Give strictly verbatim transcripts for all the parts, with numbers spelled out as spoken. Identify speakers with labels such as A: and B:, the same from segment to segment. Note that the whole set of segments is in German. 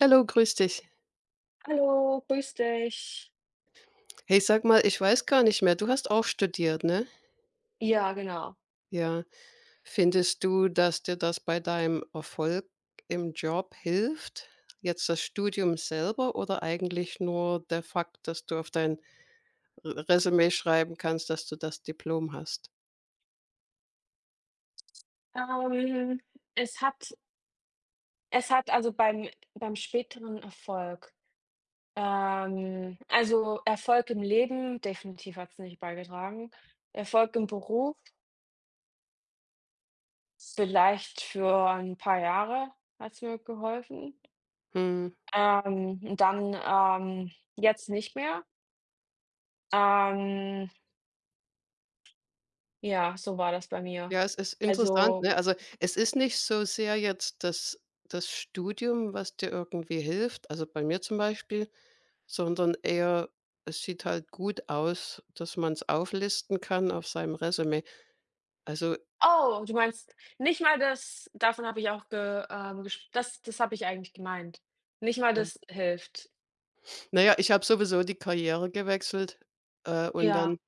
A: Hallo, grüß dich.
B: Hallo, grüß dich.
A: Hey, sag mal, ich weiß gar nicht mehr, du hast auch studiert, ne?
B: Ja, genau.
A: Ja. Findest du, dass dir das bei deinem Erfolg im Job hilft? Jetzt das Studium selber oder eigentlich nur der Fakt, dass du auf dein R Resümee schreiben kannst, dass du das Diplom hast?
B: Ähm, es hat es hat also beim beim späteren Erfolg, ähm, also Erfolg im Leben, definitiv hat es nicht beigetragen. Erfolg im Beruf, vielleicht für ein paar Jahre, hat es mir geholfen.
A: Hm,
B: Ähm, und dann, ähm, jetzt nicht mehr. Ähm, ja, so war das bei mir.
A: ja, es ist interessant,
B: Also,
A: ne? Also, es ist nicht so sehr jetzt das das Studium, was dir irgendwie hilft. Also, bei mir zum Beispiel sondern eher, es sieht halt gut aus, dass man es auflisten kann auf seinem Resümee. Also,
B: oh, du meinst nicht mal das. Davon habe ich auch ge ähm, gesp das das habe ich eigentlich gemeint. Nicht mal
A: äh,
B: das hilft.
A: na ja, ich habe sowieso die Karriere gewechselt, äh, und dann
B: Ja,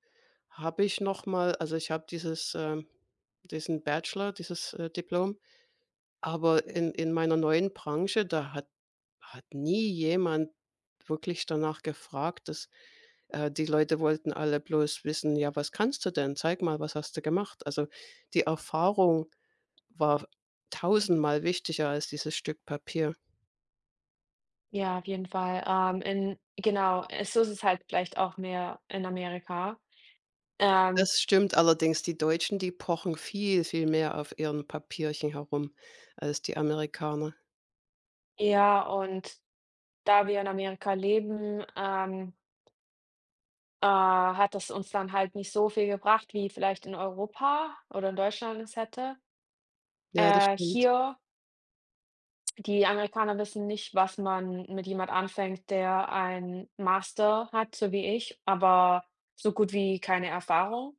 A: habe ich noch mal also, ich habe dieses, ähm diesen Bachelor, dieses, äh, Diplom, aber in in meiner neuen Branche, da hat hat nie jemand wirklich danach gefragt. Das äh, Die Leute wollten alle bloß wissen: „Ja, was kannst du denn? Zeig mal, was hast du gemacht?“ Also, die Erfahrung war tausendmal wichtiger als dieses Stück Papier.
B: ja, auf jeden Fall. Ähm, in genau, äh, so ist es halt vielleicht auch mehr in Amerika. Ähm,
A: Das stimmt allerdings, die Deutschen, die pochen viel, viel mehr auf ihren Papierchen herum als die Amerikaner.
B: ja, und da wir in Amerika leben, ähm, äh, hat das uns dann halt nicht so viel gebracht, wie vielleicht in Europa oder in Deutschland es hätte.
A: Ja, das
B: Äh,
A: stimmt.
B: hier Die Amerikaner wissen nicht, was man mit jemand anfängt, der einen Master hat, so wie ich, aber so gut wie keine Erfahrung.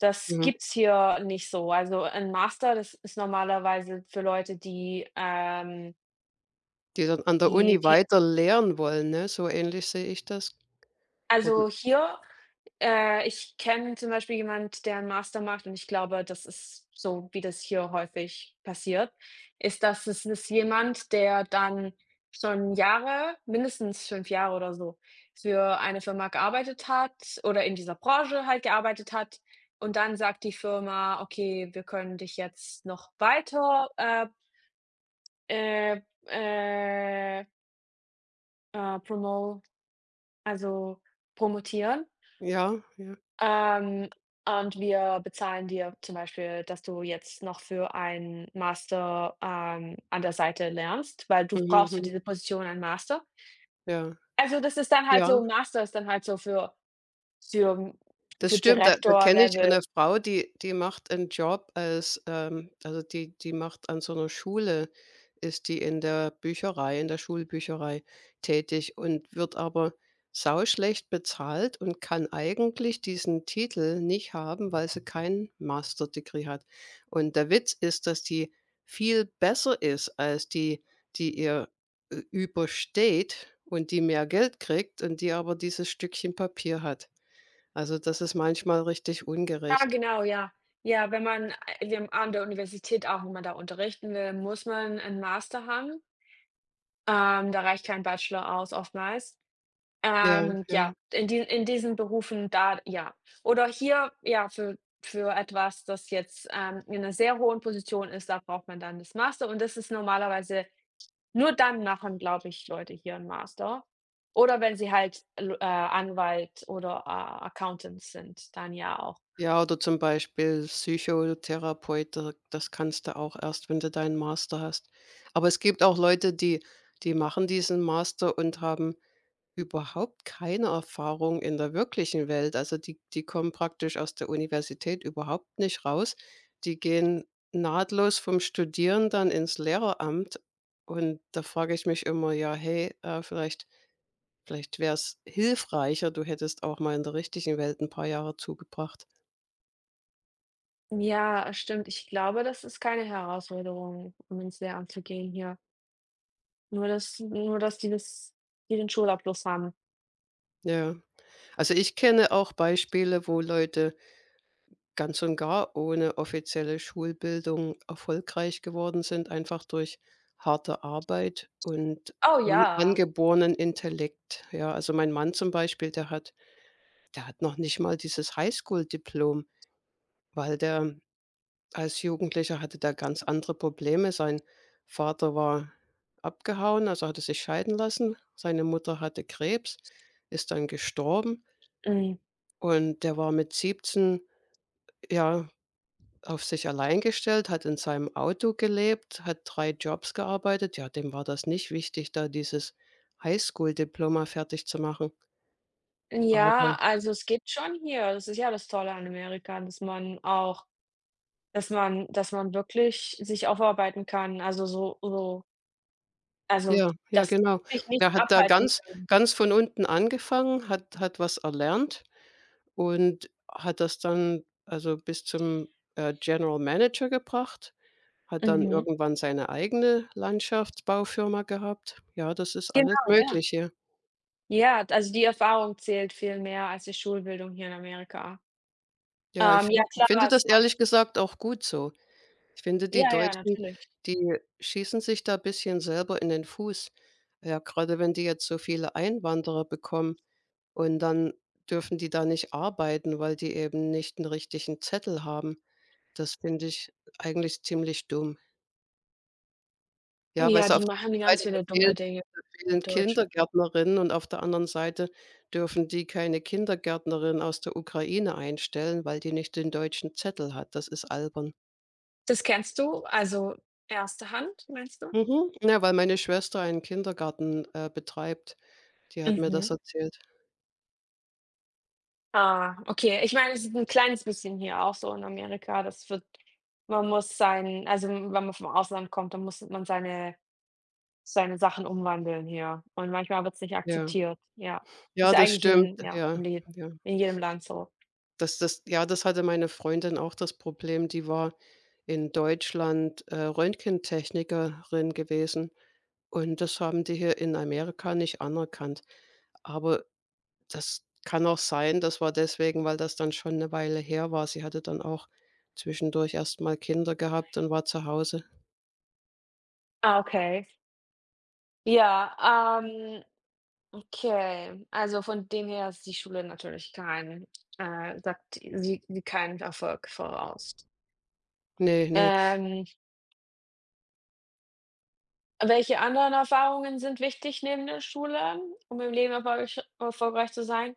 B: Das
A: Mhm.
B: gibt's hier nicht so. Also, ein Master, das ist normalerweise für Leute. die, ähm
A: Die dann an der
B: die
A: Uni
B: die
A: weiter lehren wollen, ne? So ähnlich sehe ich das. Oder
B: also, hier Äh, ich kenne zum Beispiel jemand, der einen Master macht, und ich glaube, das ist so, wie das hier häufig passiert, ist, dass es ist jemand, der dann schon Jahre, mindestens fünf Jahre oder so, für eine Firma gearbeitet hat oder in dieser Branche halt gearbeitet hat, und dann sagt die Firma: „Okay, wir können dich jetzt noch weiter, äh, äh, äh, äh, promo also, promotieren.“
A: Ja, ja.
B: Ähm, und wir bezahlen dir zum Beispiel, dass du jetzt noch für einen Master, ähm, an der Seite lernst, weil du
A: Mhm,
B: brauchst für
A: mhm.
B: diese Position einen Master.
A: Ja,
B: Also, das ist dann halt
A: ja.
B: so, Master ist dann halt so für für
A: Das
B: für
A: stimmt, da da kenne ich
B: Direktor-Level.
A: eine Frau, die die macht einen Job als, ähm also, die die macht an so einer Schule ist die in der Bücherei in der Schulbücherei tätig und wird aber sauschlecht bezahlt und kann eigentlich diesen Titel nicht haben, weil sie kein Master Degree hat. Und der Witz ist, dass die viel besser ist als die, die ihr ü übersteht und die mehr Geld kriegt und die aber dieses Stückchen Papier hat. Also, das ist manchmal richtig
B: Ja,
A: ungerecht.
B: genau, ja. Ja, wenn man, äh, wir haben an der Universität auch, wenn man da unterrichten will, muss man einen Master haben. Ähm, da reicht kein Bachelor aus oftmals.
A: Ja,
B: Ähm,
A: ja.
B: ja, in die in diesen Berufen, da ja. Oder hier, ja, für für etwas, das jetzt, ähm, in einer sehr hohen Position ist, da braucht man dann das Master, und das ist normalerweise nur dann machen, glaube ich, Leute hier ein Master. Oder wenn sie halt l äh, Anwalt oder A Accountant sind, dann ja auch.
A: Ja, oder zum Beispiel Psychotherapeut, da das kannst du auch erst, wenn du deinen Master hast. Aber es gibt auch Leute, die die machen diesen Master und haben überhaupt keine Erfahrung in der wirklichen Welt. Also, die die kommen praktisch aus der Universität überhaupt nicht raus. Die gehen nahtlos vom Studieren dann ins Lehreramt und da frage ich mich immer: „Ja, hey, äh, vielleicht Vielleicht wäre es hilfreicher, du hättest auch mal in der richtigen Welt ein paar Jahre zugebracht.“
B: Ja, stimmt. Ich glaube, das ist keine Herausforderung, um Münzlehramt zu gehen hier. Nur dass nur dass die das die den Schulabschluss haben.
A: Ja. Also, ich kenne auch Beispiele, wo Leute ganz und gar ohne offizielle Schulbildung erfolgreich geworden sind, einfach durch harte Arbeit und
B: Oh
A: an
B: ja.
A: angeborenen Intellekt. Ja, also, mein Mann zum Beispiel, der hat der hat noch nicht mal dieses Highschool-Diplom, weil der als Jugendlicher hatte der ganz andere Probleme. Sein Vater war abgehauen, also hatte sich scheiden lassen. Seine Mutter hatte Krebs, ist dann gestorben
B: Mhm.
A: und der war mit siebzehn, ja, auf sich allein gestellt, hat in seinem Auto gelebt, hat drei Jobs gearbeitet. Ja, dem war das nicht wichtig, da dieses Highschool-Diploma fertig zu machen. Aber
B: Ja, also es geht schon hier. Das ist ja das Tolle an Amerika, dass man auch, dass man dass man wirklich sich aufarbeiten kann, also so so, also
A: ja, ja,
B: dass
A: genau.
B: wirklich nichts
A: Er hat da
B: abhalten
A: ganz
B: kann.
A: ganz von unten angefangen, hat hat was erlernt. Und hat das dann also bis zum, äh, General Manager gebracht, hat dann
B: Mhm.
A: irgendwann seine eigene Landschaftsbaufirma gehabt. Ja, das ist alles
B: Genau, ja.
A: Mögliche.
B: Ja, also die Erfahrung zählt viel mehr als die Schulbildung hier in Amerika.
A: Ja, ich
B: Ähm, ja
A: fin finde
B: klar, es
A: das ehrlich gesagt auch gut so. Ich finde, die
B: ja, ja,
A: Deutschen,
B: natürlich.
A: die schießen sich da ein bisschen selber in den Fuß. Ja, gerade wenn die jetzt so viele Einwanderer bekommen und dann dürfen die da nicht arbeiten, weil die eben nicht einen richtigen Zettel haben. Das finde ich eigentlich ziemlich dumm. Ja, weißt
B: Ja,
A: du,
B: die
A: auf der
B: machen
A: einen
B: ganz
A: Seite, da
B: viele dumme
A: fehlen
B: Dinge, die
A: fehlen
B: Deutschen.
A: Kindergärtnerinnen und auf der anderen Seite dürfen die keine Kindergärtnerin aus der Ukraine einstellen, weil die nicht den deutschen Zettel hat. Das ist albern.
B: Das kennst du, also erste Hand, meinst du?
A: Mhm. Ja, weil meine Schwester einen Kindergarten, äh, betreibt. Die hat mir
B: Mhm.
A: das erzählt.
B: Ah, okay. Ich meine, es ist ein kleines bisschen hier auch so in Amerika. Das wird man muss sein also, wenn man vom Ausland kommt, dann muss man seine seine Sachen umwandeln hier. Und manchmal wird es nicht
A: Ja.
B: akzeptiert, ja.
A: Ja,
B: Ist
A: das
B: eigentlich
A: stimmt.
B: in ja, im
A: Ja,
B: Leben,
A: ja.
B: in jedem Land so.
A: Das das ja, das hatte meine Freundin auch das Problem. Die war in Deutschland, äh, Röntgentechnikerin gewesen. Und das haben die hier in Amerika nicht anerkannt. Aber das kann auch sein, das war deswegen, weil das dann schon eine Weile her war. Sie hatte dann auch zwischendurch erst mal Kinder gehabt und war zu Hause.
B: Ah, okay. Ja, ähm, okay. Also, von dem her ist die Schule natürlich kein äh, sagt sie sie keinen Erfolg voraus.
A: Ne, ne,
B: Ähm Welche anderen Erfahrungen sind wichtig neben der Schule, um im Leben erfolgreich erfolgreich zu sein?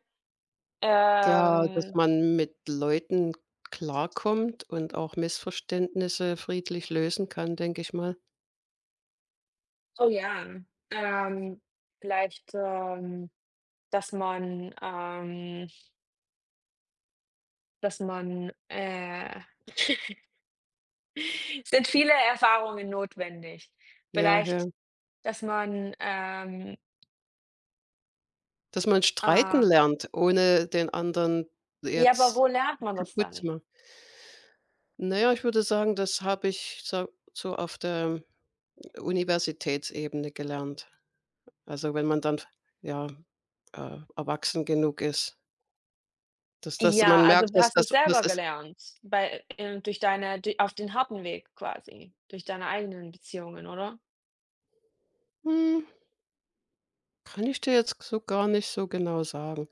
A: da dass
B: Ähm,
A: man mit Leuten klarkommt und auch Missverständnisse friedlich lösen kann, denke ich mal.
B: oh ja, ähm, vielleicht, ähm, dass man, ähm, dass man, äh es sind viele Erfahrungen notwendig.
A: Ja, ja.
B: Vielleicht, dass man, ähm,
A: Dass man streiten
B: äh
A: lernt, ohne den anderen
B: ja, aber
A: jetzt
B: wo lernt man das
A: kaputt zu
B: dann?
A: machen. Na ja, ich würde sagen, das habe ich so so auf der Universitätsebene gelernt. Also, wenn man dann ja, äh, erwachsen genug ist, dass dass
B: Ja,
A: man
B: also
A: merkt,
B: du
A: dass
B: hast
A: das
B: es
A: das
B: selber
A: ist.
B: gelernt, bei ähm, durch deine d auf den harten Weg quasi, durch deine eigenen Beziehungen, oder?
A: hm, Kann ich dir jetzt so gar nicht so genau sagen.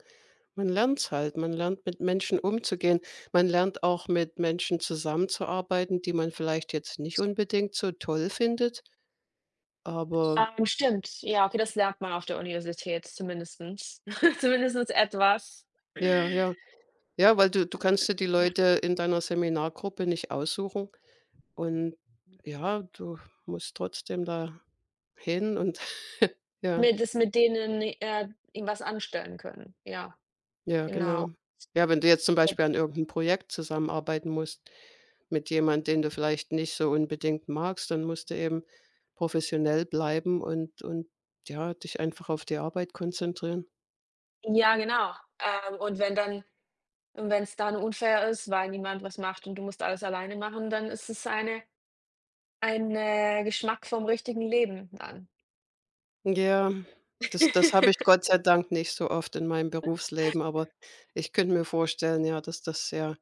A: Man lernt's halt. Man lernt, mit Menschen umzugehen. Man lernt auch, mit Menschen zusammenzuarbeiten, die man vielleicht jetzt nicht unbedingt so toll findet, aber
B: Ähm, stimmt. Ja, okay, das lernt man auf der Universität zumindestens. Zumindestens etwas.
A: ja, ja. Ja, weil du du kannst dir die
B: Ja.
A: Leute in deiner Seminargruppe nicht aussuchen. Und ja, du musst trotzdem da hin und ja,
B: Mit das mit denen, äh, ihm was anstellen können. Ja,
A: ja,
B: genau.
A: genau. Ja, wenn du jetzt zum
B: Und
A: Beispiel an irgendeinem Projekt zusammenarbeiten musst mit jemand, den du vielleicht nicht so unbedingt magst, dann musst du eben professionell bleiben und und ja, dich einfach auf die Arbeit konzentrieren.
B: ja, genau. Ähm, und wenn dann und wenn's dann unfair ist, weil niemand was macht und du musst alles alleine machen, dann ist es eine ein, äh, Geschmack vom richtigen Leben dann.
A: Ja, das das habe ich Gott sei Dank nicht so oft in meinem Berufsleben, aber ich könnte mir vorstellen, ja, dass das sehr.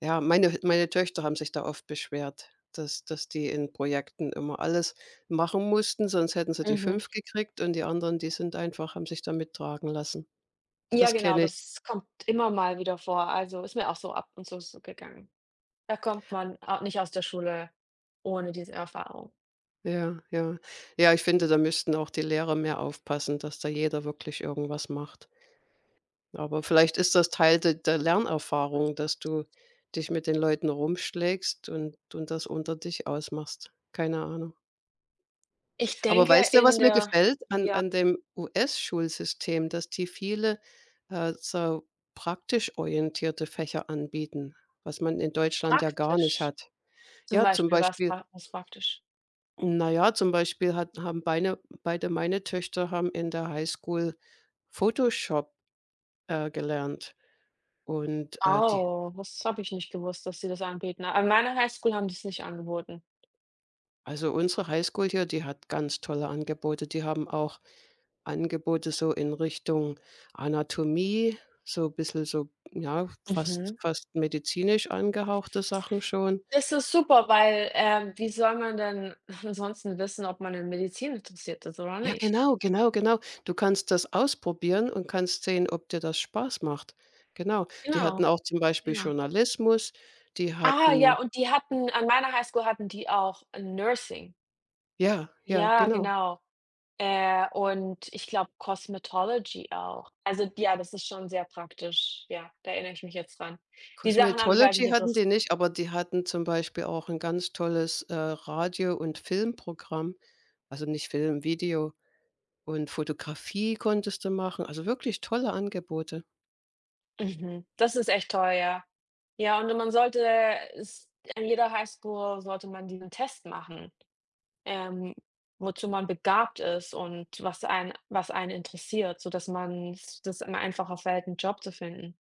A: Ja, meine meine Töchter haben sich da oft beschwert, dass dass die in Projekten immer alles machen mussten, sonst hätten sie die
B: Mhm.
A: fünf gekriegt und die anderen, die sind einfach haben sich da mittragen lassen.
B: Ja,
A: Das
B: genau,
A: kenne ich.
B: das kommt immer mal wieder vor. Also, ist mir auch so ab und zu so gegangen. Da kommt man a nicht aus der Schule ohne diese Erfahrung.
A: Ja, ja. Ja, ich finde, da müssten auch die Lehrer mehr aufpassen, dass da jeder wirklich irgendwas macht. Aber vielleicht ist das Teil de der Lernerfahrung, dass du dich mit den Leuten rumschlägst und und das unter dich ausmachst. Keine Ahnung.
B: Ich
A: Aber
B: denke
A: weißt du, was
B: in
A: mir
B: der
A: gefällt an
B: ja,
A: an dem U S-Schulsystem, dass die viele, äh, so praktisch orientierte Fächer anbieten, was man in Deutschland ja gar nicht
B: praktisch.
A: hat.
B: Zum
A: Ja, zum
B: Beispiel was
A: Beispiel
B: pra was praktisch?
A: na ja, zum Beispiel hat haben beine beide meine Töchter haben in der Highschool Photoshop, äh, gelernt und, äh, die.
B: Oh, das habe ich nicht gewusst, dass sie das anbieten. An meiner Highschool haben die es nicht angeboten.
A: Also unsere Highschool hier, die hat ganz tolle Angebote. Die haben auch Angebote so in Richtung Anatomie, so ein bisschen so, ja, fast
B: Mhm.
A: fast medizinisch angehauchte Sachen schon.
B: Das ist super, weil, ähm, wie soll man denn ansonsten wissen, ob man in Medizin interessiert ist oder
A: Ja,
B: nicht?
A: genau, genau, genau. Du kannst das ausprobieren und kannst sehen, ob dir das Spaß macht. Genau. Die hatten
B: Genau,
A: auch zum Beispiel
B: ja.
A: Journalismus, die
B: Ah,
A: hatten
B: ja, und die hatten, an meiner Highschool hatten die auch Nursing.
A: ja, ja,
B: Ja,
A: genau.
B: genau. Äh, und ich glaube Cosmetology auch. Also, ja, das ist schon sehr praktisch. Ja, da erinnere ich mich jetzt dran. Die Sachen haben mich halt nicht
A: Cosmetology hatten die
B: interessiert.
A: nicht, aber die hatten zum Beispiel auch ein ganz tolles, äh, Radio und Filmprogramm. Also, nicht Film, Video und Fotografie konntest du machen, also, wirklich tolle Angebote.
B: Mhm, das ist echt toll, ja. Ja, und man sollte es, an jeder Highschool sollte man diesen Test machen, ähm, wozu man begabt ist und was einen was einen interessiert, sodass man's das immer einfacher fällt, einen Job zu finden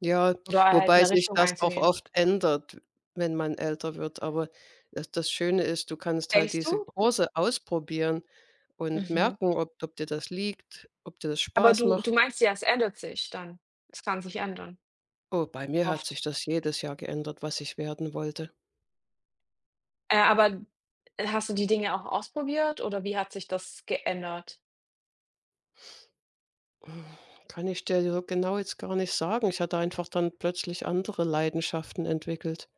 A: Ja,
B: oder halt
A: wobei
B: eine
A: sich
B: Richtung
A: das auch
B: einzugehen.
A: oft ändert, wenn man älter wird, aber das das Schöne ist, du kannst halt
B: Denkst
A: diese
B: du?
A: Kurse ausprobieren und
B: Mhm.
A: merken, ob ob dir das liegt, ob dir das
B: Aber
A: Spaß
B: du
A: macht.
B: du meinst ja, es ändert sich dann. Es kann sich ändern,
A: Oh, bei mir hat
B: oft.
A: sich das jedes Jahr geändert, was ich werden wollte.
B: Äh, aber äh, hast du die Dinge auch ausprobiert oder wie hat sich das geändert?
A: Kann ich dir so genau jetzt gar nicht sagen. Ich hatte einfach dann plötzlich andere Leidenschaften entwickelt.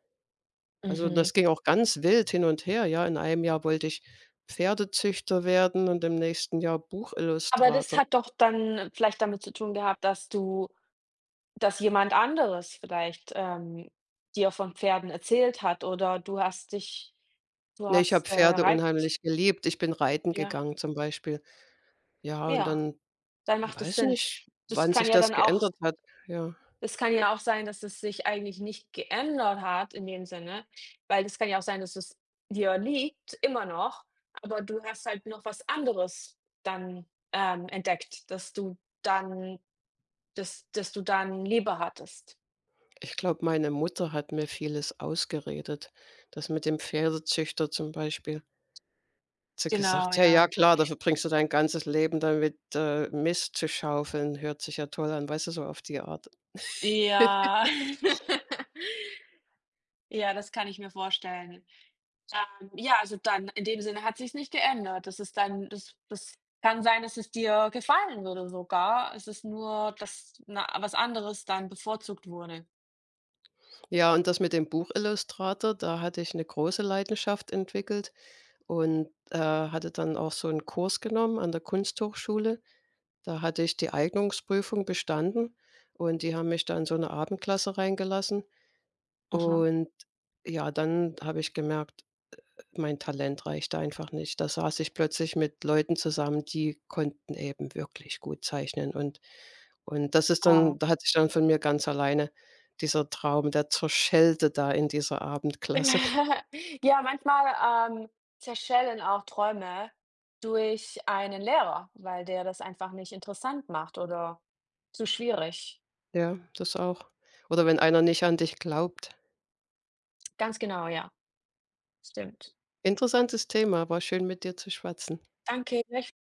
A: Also,
B: Mhm.
A: das ging auch ganz wild hin und her, ja. In einem Jahr wollte ich Pferdezüchter werden und im nächsten Jahr
B: Aber das
A: Buchillustrator.
B: hat doch dann vielleicht damit zu tun gehabt, dass du dass jemand anderes vielleicht, ähm, dir von Pferden erzählt hat, oder du hast dich du
A: Ne, ich
B: hast,
A: habe
B: äh,
A: Pferde
B: Reit
A: unheimlich geliebt. Ich bin reiten
B: ja,
A: gegangen zum Beispiel. Ja, und
B: ja,
A: dann
B: dann macht es
A: weiß
B: Sinn.
A: nicht,
B: Das
A: wann
B: kann
A: sich
B: ja
A: das
B: dann auch
A: geändert hat. Ja,
B: Es kann ja auch sein, dass es sich eigentlich nicht geändert hat in dem Sinne, weil es kann ja auch sein, dass es dir liegt immer noch, aber du hast halt noch was anderes dann, ähm, entdeckt, dass du dann dass dass du dann lieber hattest.
A: ich glaube, meine Mutter hat mir vieles ausgeredet. Das mit dem Pferdezüchter zum Beispiel. Hat sie
B: Genau,
A: gesagt: „Ja, ja,
B: ja.
A: klar, dafür bringst du dein ganzes Leben damit, äh, Mist zu schaufeln. Hört sich ja toll an“, weißt du, so auf die Art.
B: Ja. Ja, das kann ich mir vorstellen. Ähm, ja, also dann in dem Sinne hat sich's nicht geändert. Das ist dann, das das kann sein, dass es dir gefallen würde sogar. Es ist nur, dass na was anderes dann bevorzugt wurde.
A: Ja, und das mit dem Buchillustrator, da hatte ich eine große Leidenschaft entwickelt und, äh, hatte dann auch so einen Kurs genommen an der Kunsthochschule. Da hatte ich die Eignungsprüfung bestanden und die haben mich da in so 'ne Abendklasse reingelassen.
B: Aha.
A: Und ja, dann habe ich gemerkt, mein Talent reicht einfach nicht. Da saß ich plötzlich mit Leuten zusammen, die konnten eben wirklich gut zeichnen. Und und das ist
B: Ah.
A: dann da hat sich dann von mir ganz alleine dieser Traum der zerschellte da in dieser Abendklasse.
B: Ja, manchmal, ähm, zerschellen auch Träume durch einen Lehrer, weil der das einfach nicht interessant macht oder zu schwierig.
A: Ja, das auch. Oder wenn einer nicht an dich glaubt.
B: Ganz genau, ja, stimmt.
A: Interessantes Thema, war schön, mit dir zu schwatzen.
B: Danke.